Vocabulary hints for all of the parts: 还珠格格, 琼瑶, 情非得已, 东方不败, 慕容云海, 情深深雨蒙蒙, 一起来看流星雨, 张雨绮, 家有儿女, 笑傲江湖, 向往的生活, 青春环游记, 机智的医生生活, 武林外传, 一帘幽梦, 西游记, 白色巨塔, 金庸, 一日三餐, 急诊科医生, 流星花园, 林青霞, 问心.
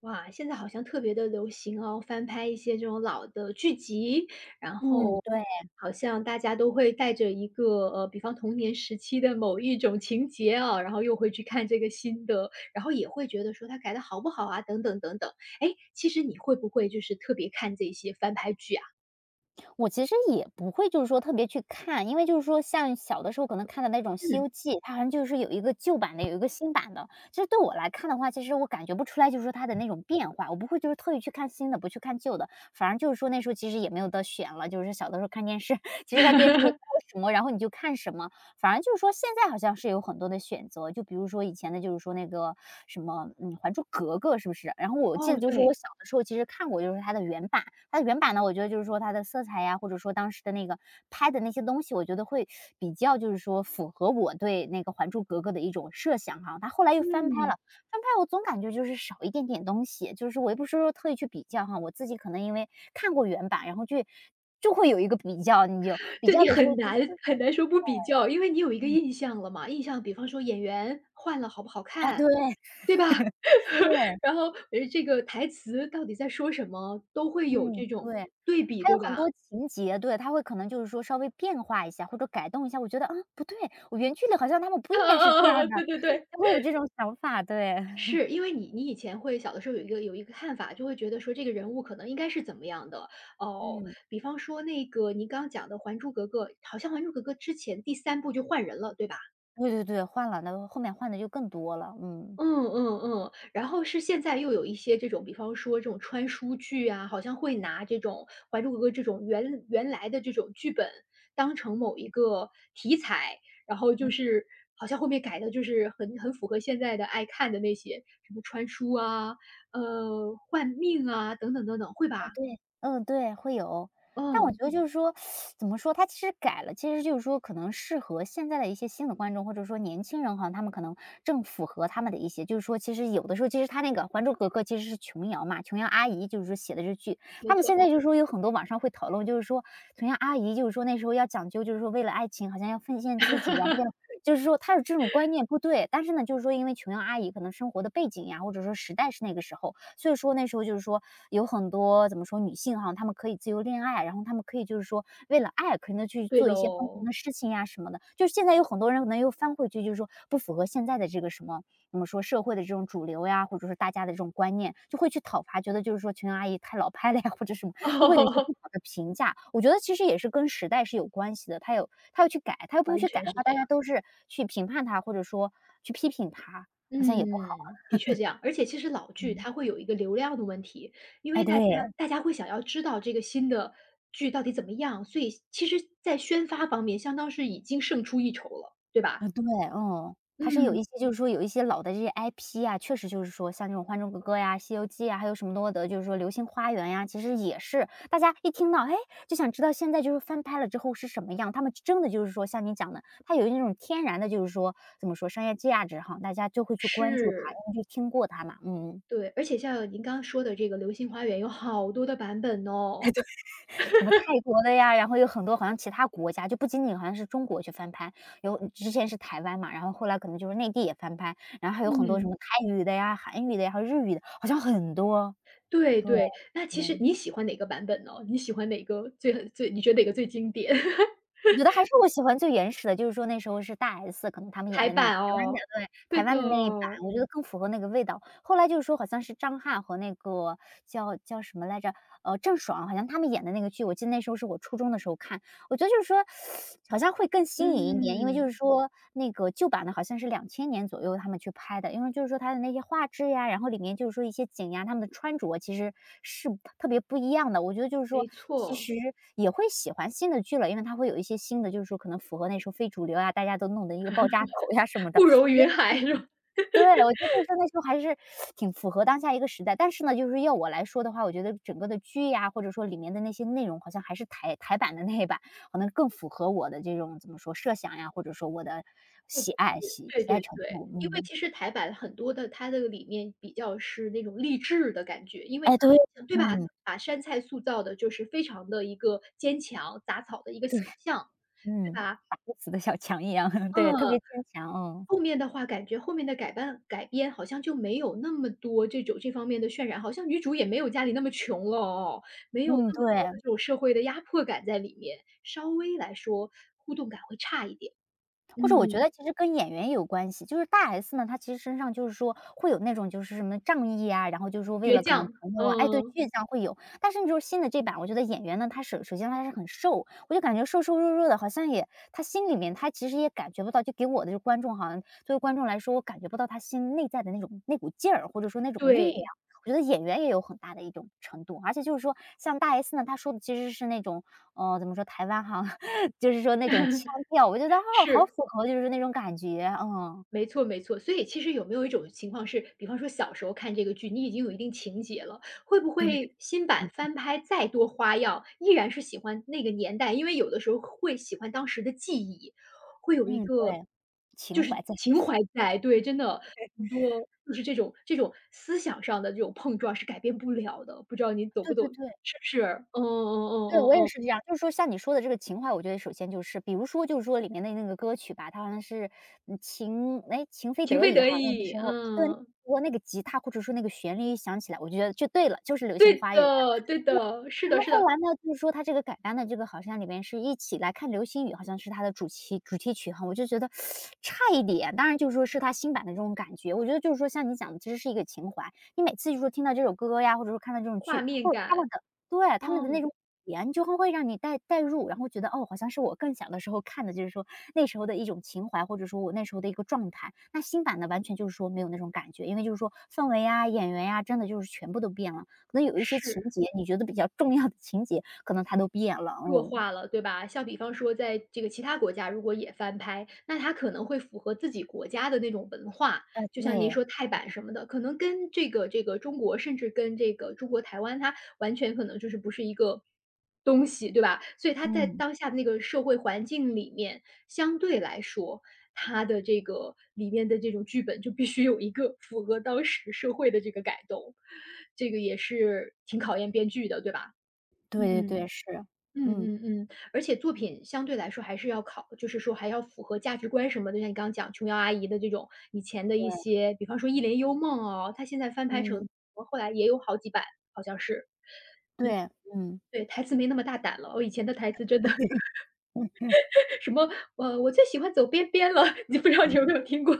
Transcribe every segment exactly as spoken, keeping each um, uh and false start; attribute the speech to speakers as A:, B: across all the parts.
A: 哇，现在好像特别的流行哦，翻拍一些这种老的剧集，然
B: 嗯，
A: 后
B: 对，
A: 好像大家都会带着一个，呃，比方童年时期的某一种情节啊，然后又会去看这个新的，然后也会觉得说它改的好不好啊，等等等等。哎，其实你会不会就是特别看这些翻拍剧啊？
B: 我其实也不会就是说特别去看，因为就是说像小的时候可能看的那种《西
A: 嗯。
B: 游记》，它好像就是有一个旧版的，有一个新版的。其实对我来看的话，其实我感觉不出来，就是说它的那种变化，我不会就是特意去看新的，不去看旧的。反而就是说那时候其实也没有得选了，就是小的时候看电视，其实在电视里播什么，然后你就看什么。反而就是说现在好像是有很多的选择，就比如说以前的就是说那个什么，嗯，《还珠格格》是不是？然后我记
A: 哦，
B: 得就是
A: 对。
B: 我小的时候其实看过，就是它的原版。它的原版呢，我觉得就是说它的色彩呀，或者说当时的那个拍的那些东西，我觉得会比较就是说符合我对那个《还珠格格》的一种设想哈。它后来又翻拍了，
A: 嗯，
B: 翻拍我总感觉就是少一点点东西，就是我也不是说特意去比较哈，我自己可能因为看过原版，然后去就会有一个比较，你就比
A: 对，
B: 较
A: 你
B: 的时
A: 很
B: 候就
A: 难
B: 会
A: 很难说不比较，因为你有一个
B: 嗯，
A: 印象了嘛，印象比方说演员换了好不好
B: 哎，对
A: 看，对吧？
B: 对，
A: 然后，诶，这个台词到底在说什么，都会有
B: 嗯，
A: 这种
B: 对。
A: 对比，
B: 还有
A: 对
B: 很
A: 吧？
B: 多情节，对，它会可能就是说稍微变化一下，或者改动一下，我觉得，啊，不对，我原剧里好像他们不
A: 嗯
B: 应
A: 嗯
B: 该是这
A: 嗯
B: 样
A: 嗯，
B: 的。
A: 对对对，
B: 会有这种想法，对。
A: 是，因为你你以前会小的时候有一个有一个看法，就会觉得说这个人物可能应该是怎么样的。哦，
B: 嗯。
A: 比方说那个您刚刚讲的《还珠格格》，好像《还珠格格》之前第三部就换人了，对吧？
B: 对对对，换了，那后面换的就更多了，嗯。
A: 嗯嗯嗯，然后是现在又有一些这种，比方说这种穿书剧啊，好像会拿这种《还珠格格》这种原原来的这种剧本当成某一个题材，然后就是好像后面改的就是很很符合现在的爱看的那些什么穿书啊，呃，换命啊等等等等，会吧？
B: 对，嗯，对，会有。但我
A: 嗯，
B: 觉得嗯就是说，怎么说，它其实改了，其实就是说可能适合现在的一些新的观众，或者说年轻人好像他们可能正符合他们的一些就是说其实有的时候其实他那个《还珠格格》其实是琼瑶嘛，琼瑶阿姨就是说写的这剧，
A: 没
B: 他们
A: 错。
B: 现在就是说有很多网上会讨论，就是说琼瑶阿姨就是说那时候要讲究，就是说为了爱情好像要奉献自己呀，后就是说她有这种观念不对，但是呢，就是说因为琼瑶阿姨可能生活的背景呀，或者说时代是那个时候，所以说那时候就是说有很多怎么说，女性哈，她们可以自由恋爱，然后她们可以就是说为了爱可能去
A: 对
B: 做一些疯狂
A: 喽，
B: 的事情呀什么的。就是现在有很多人可能又翻回去，就是说不符合现在的这个什么，我们说社会的这种主流呀，或者说大家的这种观念，就会去讨伐，觉得就是说琼瑶阿姨太老派了呀，或者什么，就会有一些不 好的评价。我觉得其实也是跟时代是有关系的，她有她要去改，她要不
A: 完
B: 去改
A: 全
B: 的
A: 是
B: 话，
A: 这
B: 大家
A: 样。
B: 都是去评判她，或者说去批评她，好像也不好。
A: 嗯，的确这样。而且其实老剧
B: 嗯，
A: 它会有一个流量的问题，因为
B: 哎，对。
A: 大家大家会想要知道这个新的剧到底怎么样，所以其实在宣发方面相当是已经胜出一筹了，对吧？
B: 啊，对，嗯，它是有
A: 嗯，
B: 一些就是说有一些老的这些 I P 啊，确实就是说像这种《还珠格格》呀，《西游记》啊，还有什么多的，就是说《流星花园》呀，其实也是大家一听到，哎，就想知道现在就是翻拍了之后是什么样。他们真的就是说像你讲的，它有那种天然的，就是说怎么说商业价值哈，大家就会去关注它，
A: 是，
B: 因为就听过它嘛，嗯。
A: 对。而且像您刚刚说的这个《流星花园》有好多的版本哦。
B: 什么泰国的呀，然后有很多好像其他国家，就不仅仅好像是中国去翻拍，有之前是台湾嘛，然后后来可能就是内地也翻拍，然后还有很多什
A: 嗯，
B: 么泰语的呀、韩语的呀，还有日语的，好像很多。
A: 对
B: 对，
A: 对。那其实
B: 嗯，
A: 你喜欢哪个版本呢？你喜欢哪个最最你觉得哪个最经典？
B: 我觉得还是我喜欢最原始的，就是说那时候是大 S 可能他们演
A: 台
B: 的那个台
A: 版
B: 湾的
A: 哦，
B: 对，
A: 对
B: 台
A: 的。
B: 湾的那一版，我觉得更符合那个味道。后来就是说好像是张翰和那个叫叫什么来着，呃，郑爽，好像他们演的那个剧，我记得那时候是我初中的时候看我觉得就是说，好像会更新颖一点，因为就
A: 嗯，
B: 是说那个旧版的好像是两千年左右他们去拍的，因为就是说它的那些画质呀，然后里面就是说一些景呀，他们的穿着其实是特别不一样的。我觉得就是
A: 没
B: 说，其
A: 错。
B: 实也会喜欢新的剧了，因为它会有一些新的，就是说可能符合那时候非主流呀，大家都弄的一个爆炸头呀什么的，
A: 慕容云海是吧？
B: 对，我觉得就是那时候还是挺符合当下一个时代。但是呢，就是要我来说的话，我觉得整个的剧呀，或者说里面的那些内容，好像还是台台版的那一版，可能更符合我的这种怎么说设想呀，或者说我的喜爱喜
A: 对
B: 喜爱
A: 对
B: 程
A: 对，
B: 度。
A: 因为
B: 嗯，
A: 其实台版很多的它的里面比较是那种励志的感觉，因为它
B: 哎，对，
A: 好像，对吧，
B: 嗯，
A: 把山菜塑造的就是非常的一个坚强、杂草的一个形
B: 对，
A: 象，对
B: 嗯，
A: 吧？
B: 打不死的小强一样，对，特
A: 嗯，
B: 别坚强，嗯，
A: 后面的话感觉后面的改办改编好像就没有那么多这种这方面的渲染，好像女主也没有家里那么穷了哦，没有
B: 嗯，
A: 那么多
B: 对。
A: 的这种社会的压迫感在里面，稍微来说互动感会差一点。
B: 或者我觉
A: 嗯，
B: 得其实跟演员也有关系，就是大 S 呢，她其实身上就是说会有那种就是什么仗义啊，然后就是说为
A: 倔
B: 了可能
A: 强，
B: 朋友啊，哎，对，
A: 嗯。
B: 倔强会有。但是你就是新的这版，我觉得演员呢，他首首先他是很瘦，我就感觉瘦瘦弱弱的，好像也他心里面他其实也感觉不到，就给我的这观众好像作为观众来说，我感觉不到他心内在的那种那股劲儿，或者说那种力量。
A: 对，
B: 我觉得演员也有很大的一种程度，而且就是说，像大 S 呢，她说的其实是那种，呃，怎么说，台湾哈，就是说那种腔 调，我觉得，哦，好
A: 是，
B: 符合就是那种感觉，嗯，
A: 没错没错。所以其实有没有一种情况是，比方说小时候看这个剧，你已经有一定情节了，会不会新版翻拍再多花样，依然是喜欢那个年代？因为有的时候会喜欢当时的记忆，会有一
B: 嗯，
A: 个
B: 对，
A: 就
B: 情
A: 是
B: 怀在。
A: 情怀在，对，真的很多就是这种这种思想上的这种碰撞是改变不了的，不知道你懂
B: 对
A: 不懂？
B: 对对，
A: 是不是？嗯嗯嗯
B: 对，
A: 嗯
B: 我也
A: 嗯，
B: 是这样，就是说像你说的这个情怀，我觉得首先就是比如说就是说里面的那个歌曲吧，它好像是，嗯情哎，情非
A: 情
B: 得
A: 非
B: 已哈，
A: 得
B: 那个
A: 已，
B: 时候对，
A: 嗯。
B: 我那个吉他或者说那个旋律一响起来，我就觉得就对了，就是《流星
A: 对
B: 花园》。
A: 的对的，是
B: 然
A: 的
B: 后
A: 是的，
B: 后来呢，就是说他这个改编的这个好像里面是一起来看流星雨，好像是他的主题主题曲哈，我就觉得差一点。当然就是说是他新版的这种感觉，我觉得就是说像你讲的，其实是一个情怀。你每次就说听到这首歌呀，或者说看到这种
A: 画
B: 剧，
A: 面
B: 或者他
A: 感，
B: 们的对，他们的那
A: 嗯，
B: 种语言，就会会让你带带入，然后觉得哦，好像是我更小的时候看的，就是说那时候的一种情怀，或者说我那时候的一个状态。那新版的完全就是说没有那种感觉，因为就是说氛围呀、演员呀，真的就是全部都变了。可能有一些情
A: 是。
B: 节，你觉得比较重要的情节，可能它都变了，
A: 弱
B: 嗯。
A: 化了，对吧？像比方说在这个其他国家如果也翻拍，那它可能会符合自己国家的那种文化，
B: 哎，
A: 就像您
B: 对，
A: 说泰版什么的，可能跟这个这个中国，甚至跟这个中国台湾，它完全可能就是不是一个东西，对吧？所以它在
B: 嗯，
A: 当下的那个社会环境里面，相对来说，它的这个里面的这种剧本就必须有一个符合当时社会的这个改动，这个也是挺考验编剧的，对吧？
B: 对对对，
A: 嗯。
B: 是，
A: 嗯
B: 嗯，
A: 嗯嗯，而且作品相对来说还是要考就是说还要符合价值观什么的，就像你刚刚讲琼瑶阿姨的这种以前的一
B: 对，
A: 些，比方说《一帘幽梦》哦，她现在翻拍成，
B: 嗯，
A: 后来也有好几版，好像是。
B: 对，嗯。
A: 对，台词没那么大胆了，我以前的台词真的 什么，呃，我最喜欢走边边了，你不知道你有没有听过？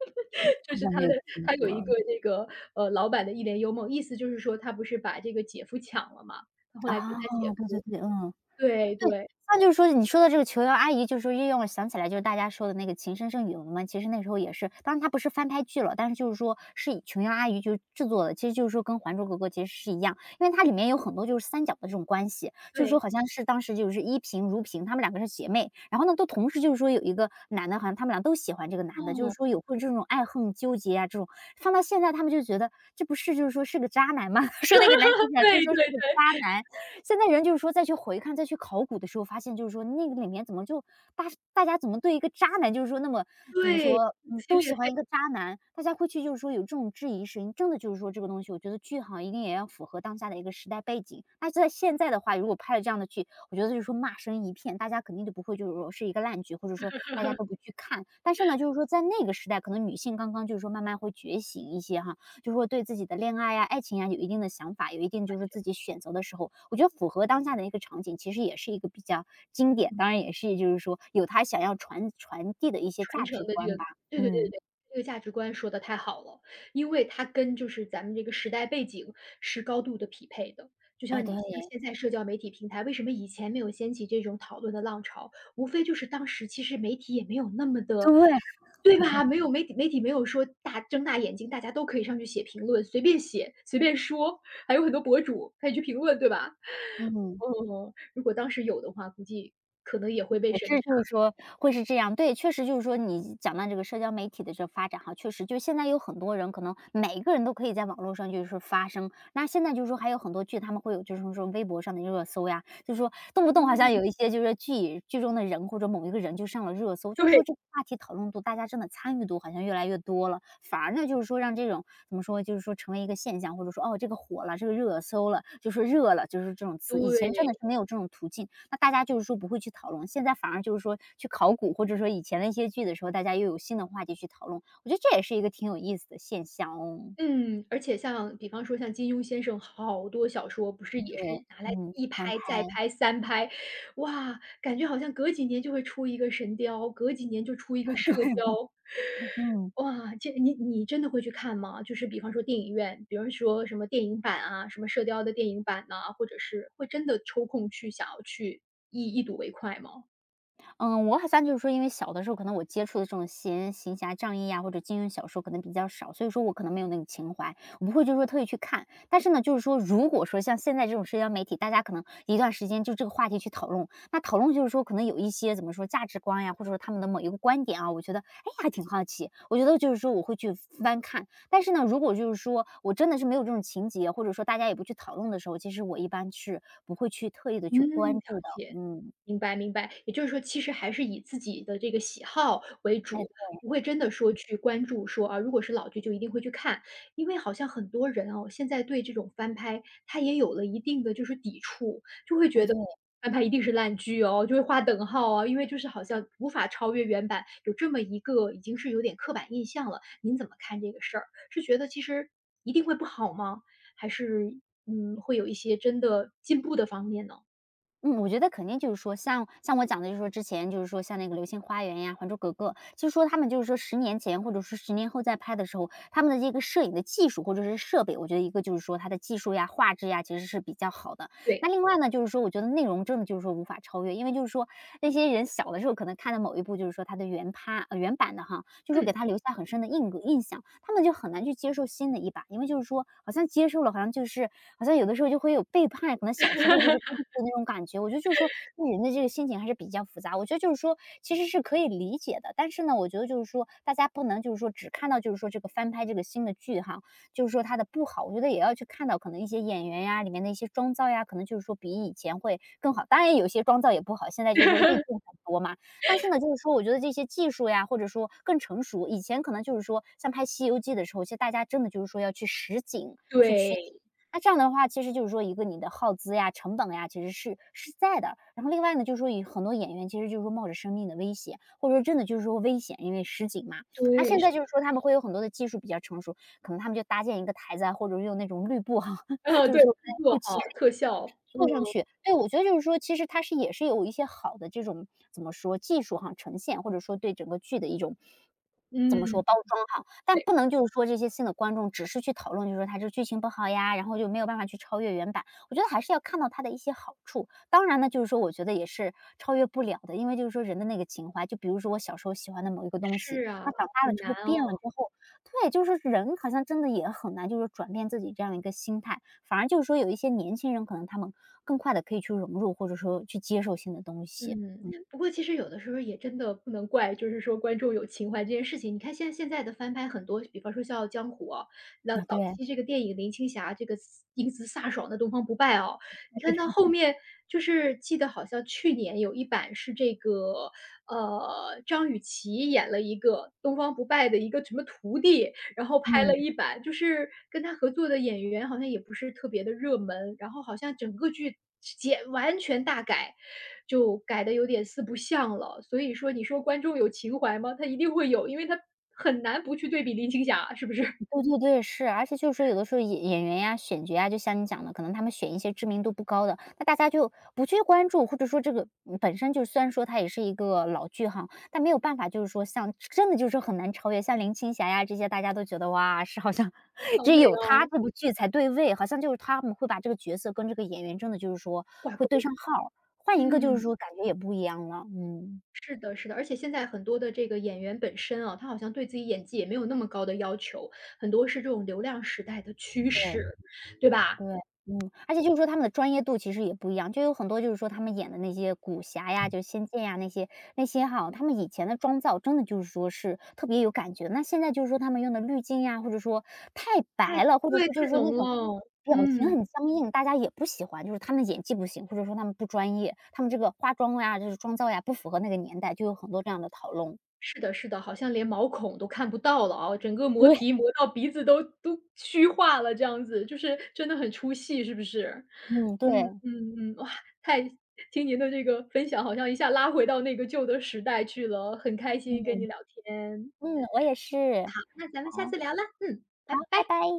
A: 就
B: 好
A: 是
B: 像
A: 他
B: 没
A: 的，
B: 有听
A: 他有一
B: 过，
A: 个那个呃，老版的《一帘幽梦》，意思就是说他不是把这个姐夫抢了嘛，他后来跟
B: 啊，
A: 他姐
B: 对
A: 夫。
B: 对对，嗯。
A: 对
B: 对，
A: 对
B: 那就是说你说的这个琼瑶阿姨，就是说又让我想起来就是大家说的那个《情深深雨蒙蒙》，其实那时候也是，当然它不是翻拍剧了，但是就是说是以琼瑶阿姨就制作的，其实就是说跟《还珠格格》其实是一样，因为它里面有很多就是三角的这种关系，就是说
A: 对。
B: 好像是当时就是依萍、如萍，她们两个是姐妹，然后呢都同时就是说有一个男的，好像她们俩都喜欢这个男的，就是
A: 嗯，
B: 说有会这种爱恨纠结啊这种，放到现在她们就觉得这不是就是说是个渣男吗？说那个男主角 就是
A: 对
B: 说是
A: 对。
B: 个渣男，现在人就是说再去回看、再去考古的时候，发现就是说那个里面怎么就大大家怎么对一个渣男，就是说那么怎么
A: 对，
B: 说，嗯，
A: 撕心
B: 都
A: 裂
B: 喜欢
A: 肺。
B: 一个渣男，大家会去就是说有这种质疑声音，真的就是说这个东西，我觉得剧哈一定也要符合当下的一个时代背景。那在现在的话，如果拍了这样的剧，我觉得就是说骂声一片，大家肯定都不会就是说是一个烂剧，或者说大家都不去看。但是呢，就是说在那个时代，可能女性刚刚就是说慢慢会觉醒一些哈，就是说对自己的恋爱呀、爱情呀有一定的想法，有一定就是自己选择的时候，我觉得符合当下的一个场景，其实也是一个比较经典，当然也是就是说有他想要传传递的一些
A: 传
B: 价
A: 承
B: 值
A: 的这
B: 观
A: 个。
B: 吧。
A: 对对对对
B: 嗯，
A: 对。这个价值观说的太好了。因为它跟就是咱们这个时代背景是高度的匹配的。就
B: 哎，
A: 像
B: 对，
A: 你像现在社交媒体平台，为什么以前没有掀起这种讨论的浪潮，无非就是当时其实媒体也没有那么的，
B: 对，
A: 对吧？没有媒体媒体没有说大睁大眼睛，大家都可以上去写评论，随便写、随便说，还有很多博主可以去评论，对吧？
B: 嗯。
A: 哦，如果当时有的话，估计可能也会被
B: 也
A: 审
B: 是
A: 查。
B: 就是说会是这样，对，确实就是说你讲到这个社交媒体的这发展哈，确实就现在有很多人可能每个人都可以在网络上就是发声，那现在就是说还有很多剧，他们会有就是说微博上的热搜呀，就是说动不动好
A: 嗯。
B: 像有一些就是剧剧中的人或者某一个人就上了热搜，就是
A: 对
B: 说这个话题讨论度，大家真的参与度好像越来越多了，反而呢就是说让这种怎么说，就是说成为一个现象，或者说哦这个火了，这个热搜了，就是热了，就是这种词，以前真的
A: 对。
B: 是没有这种途径，那大家就是说不会去讨论，现在反而就是说去考古，或者说以前的一些剧的时候，大家又有新的话题去讨论，我觉得这也是一个挺有意思的现象哦。
A: 嗯，而且像比方说像金庸先生好多小说，不是也是
B: 对，
A: 拿来
B: 嗯，
A: 一
B: 翻
A: 拍
B: 拍，
A: 再拍三拍。哇，感觉好像隔几年就会出一个神雕，隔几年就出一个 射
B: 对，
A: 雕。
B: 嗯。
A: 哇，这你你真的会去看吗？就是比方说电影院，比方说什么电影版啊，什么射雕的电影版呐、或者是会真的抽空去想要去一一睹为快吗？
B: 嗯，我好像就是说，因为小的时候可能我接触的这种闲行侠仗义呀，或者金庸小说可能比较少，所以说我可能没有那个情怀，我不会就是说特意去看。但是呢，就是说，如果说像现在这种社交媒体，大家可能一段时间就这个话题去讨论，那讨论就是说，可能有一些怎么说价值观呀，或者说他们的某一个观点啊，我觉得哎还挺好奇，我觉得就是说我会去翻看。但是呢，如果就是说我真的是没有这种情节，或者说大家也不去讨论的时候，其实我一般是不会去特意的
A: 嗯，
B: 去关
A: 了
B: 注的。
A: 解，
B: 嗯，
A: 明白明白。也就是说，其实还是以自己的这个喜好为
B: 哎，
A: 主，不会真的说去关注说啊，如果是老剧就一定会去看。因为好像很多人哦，现在对这种翻拍，他也有了一定的就是抵触，就会
B: 我
A: 觉得
B: 觉得
A: 翻拍一定是烂剧哦，就会划等号啊，因为就是好像无法超越原版，有这么一个已经是有点刻板印象了。您怎么看这个事儿？是觉得其实一定会不好吗？还是嗯，会有一些真的进步的方面呢？
B: 嗯，我觉得肯定就是说像像我讲的，就是说之前就是说像那个《流星花园》呀，《还珠格格》，就是说他们就是说十年前或者说十年后再拍的时候，他们的这个摄影的技术或者是设备，我觉得一个就是说它的技术呀、画质呀，其实是比较好的。
A: 对。
B: 那另外呢，就是说我觉得内容真的就是说无法超越，因为就是说那些人小的时候可能看的某一部，就是说它的原趴呃原版的哈，就是说
A: 嗯。
B: 给他留下很深的印印象，他们就很难去接受新的一版，因为就是说好像接受了，好像就是好像有的时候就会有背叛，可能小时候就是叛逆的那种感觉。我觉得就是说人的这个心情还是比较复杂，我觉得就是说其实是可以理解的，但是呢，我觉得就是说大家不能就是说只看到就是说这个翻拍这个新的剧哈，就是说它的不好，我觉得也要去看到可能一些演员呀，里面的一些妆造呀，可能就是说比以前会更好。当然有些妆造也不好，现在就是说滤 镜很多嘛。但是呢，就是说我觉得这些技术呀，或者说更成熟，以前可能就是说像拍《西游记》的时候，其实大家真的就是说要去实景去
A: 对。
B: 取景。那这样的话，其实就是说一个你的耗资呀、成本呀，其实是是在的。然后另外呢，就是说有很多演员其实就是说冒着生命的危险，或者说真的就是说危险，因为实景嘛。那
A: 对，
B: 现
A: 是
B: 在就是
A: 的。
B: 说他们会有很多的技术比较成熟，可能他们就搭建一个台子啊，或者用那种绿布哈，
A: 呃，
B: 就是
A: 对，
B: 说
A: 制作
B: 后
A: 哈，
B: 期可以
A: 特效，嗯。
B: 坐上去。对，我觉得就是说，其实它是也是有一些好的这种怎么说技术哈呈现，或者说对整个剧的一种怎么
A: 嗯，
B: 说包装哈，但
A: 对。
B: 不能就是说这些新的观众只是去讨论，就是说它这剧情不好呀，然后就没有办法去超越原版。我觉得还是要看到它的一些好处，当然呢，就是说我觉得也是超越不了的，因为就是说人的那个情怀，就比如说我小时候喜欢的某一个东西，
A: 是啊，
B: 那长大了
A: 很
B: 之
A: 难
B: 后变了
A: 哦。
B: 之后，对，就是人好像真的也很难，就是转变自己这样一个心态，反而就是说有一些年轻人，可能他们更快的可以去融入，或者说去接受新的东西，
A: 嗯。不过其实有的时候也真的不能怪，就是说观众有情怀这件事情。你看现现在的翻拍很多，比方说《笑傲江湖》啊，那
B: 啊，
A: 早
B: 对，
A: 期这个电影林青霞这个英姿飒爽的东方不败哦，你看到后面就是记得好像去年有一版是这个，呃，张雨绮演了一个东方不败的一个什么徒弟。然后拍
B: 嗯。
A: 了一版，就是跟他合作的演员好像也不是特别的热门，然后好像整个剧简完全大改，就改的有点四不像了。所以说你说观众有情怀吗？他一定会有，因为他很难不去对比林青霞，是不是？
B: 对对对，是，而且就是说有的时候演演员呀、选角呀，就像你讲的，可能他们选一些知名度不高的，那大家就不去关注，或者说这个嗯本身就虽然说它也是一个老剧哈，但没有办法，就是说像真的就是说很难超越，像林青霞呀这些，大家都觉得哇，是好像
A: 好
B: 只
A: 美
B: 有她
A: 哦。
B: 这部剧才对位，好像就是他们会把这个角色跟这个演员真的就是说
A: 挂
B: 会
A: 钩。
B: 对上号儿换一个就
A: 嗯，
B: 是说感觉也不一样了，嗯，
A: 是的是的，而且现在很多的这个演员本身啊，他好像对自己演技也没有那么高的要求，很多是这种流量时代的趋
B: 对。
A: 势，对吧？
B: 对，嗯，而且就是说他们的专业度其实也不一样，就有很多就是说他们演的那些古侠呀，就仙剑呀那些那些哈，他们以前的妆造真的就是说是特别有感觉，那现在就是说他们用的滤镜呀，或者说太
A: 太
B: 白了，或者
A: 对，
B: 说就是
A: 太
B: 说
A: 浓
B: 那种
A: 了，
B: 表情
A: 嗯。
B: 很僵硬，大家也不喜欢，就是他们演技不行，或者说他们不专业，他们这个化妆呀，就是妆造呀，不符合那个年代，就有很多这样的讨论。
A: 是的，是的，好像连毛孔都看不到了啊，整个磨
B: 对，
A: 皮磨到鼻子都都虚化了，这样子就是真的很出戏，是不是？
B: 嗯，对，
A: 嗯嗯嗯。哇，太听您的这个分享，好像一下拉回到那个旧的时代去了，很开心跟
B: 嗯
A: 你聊天。
B: 嗯，我也是，
A: 那咱们下
B: 好，
A: 次聊了，嗯，拜
B: 好，
A: 拜。
B: 拜拜。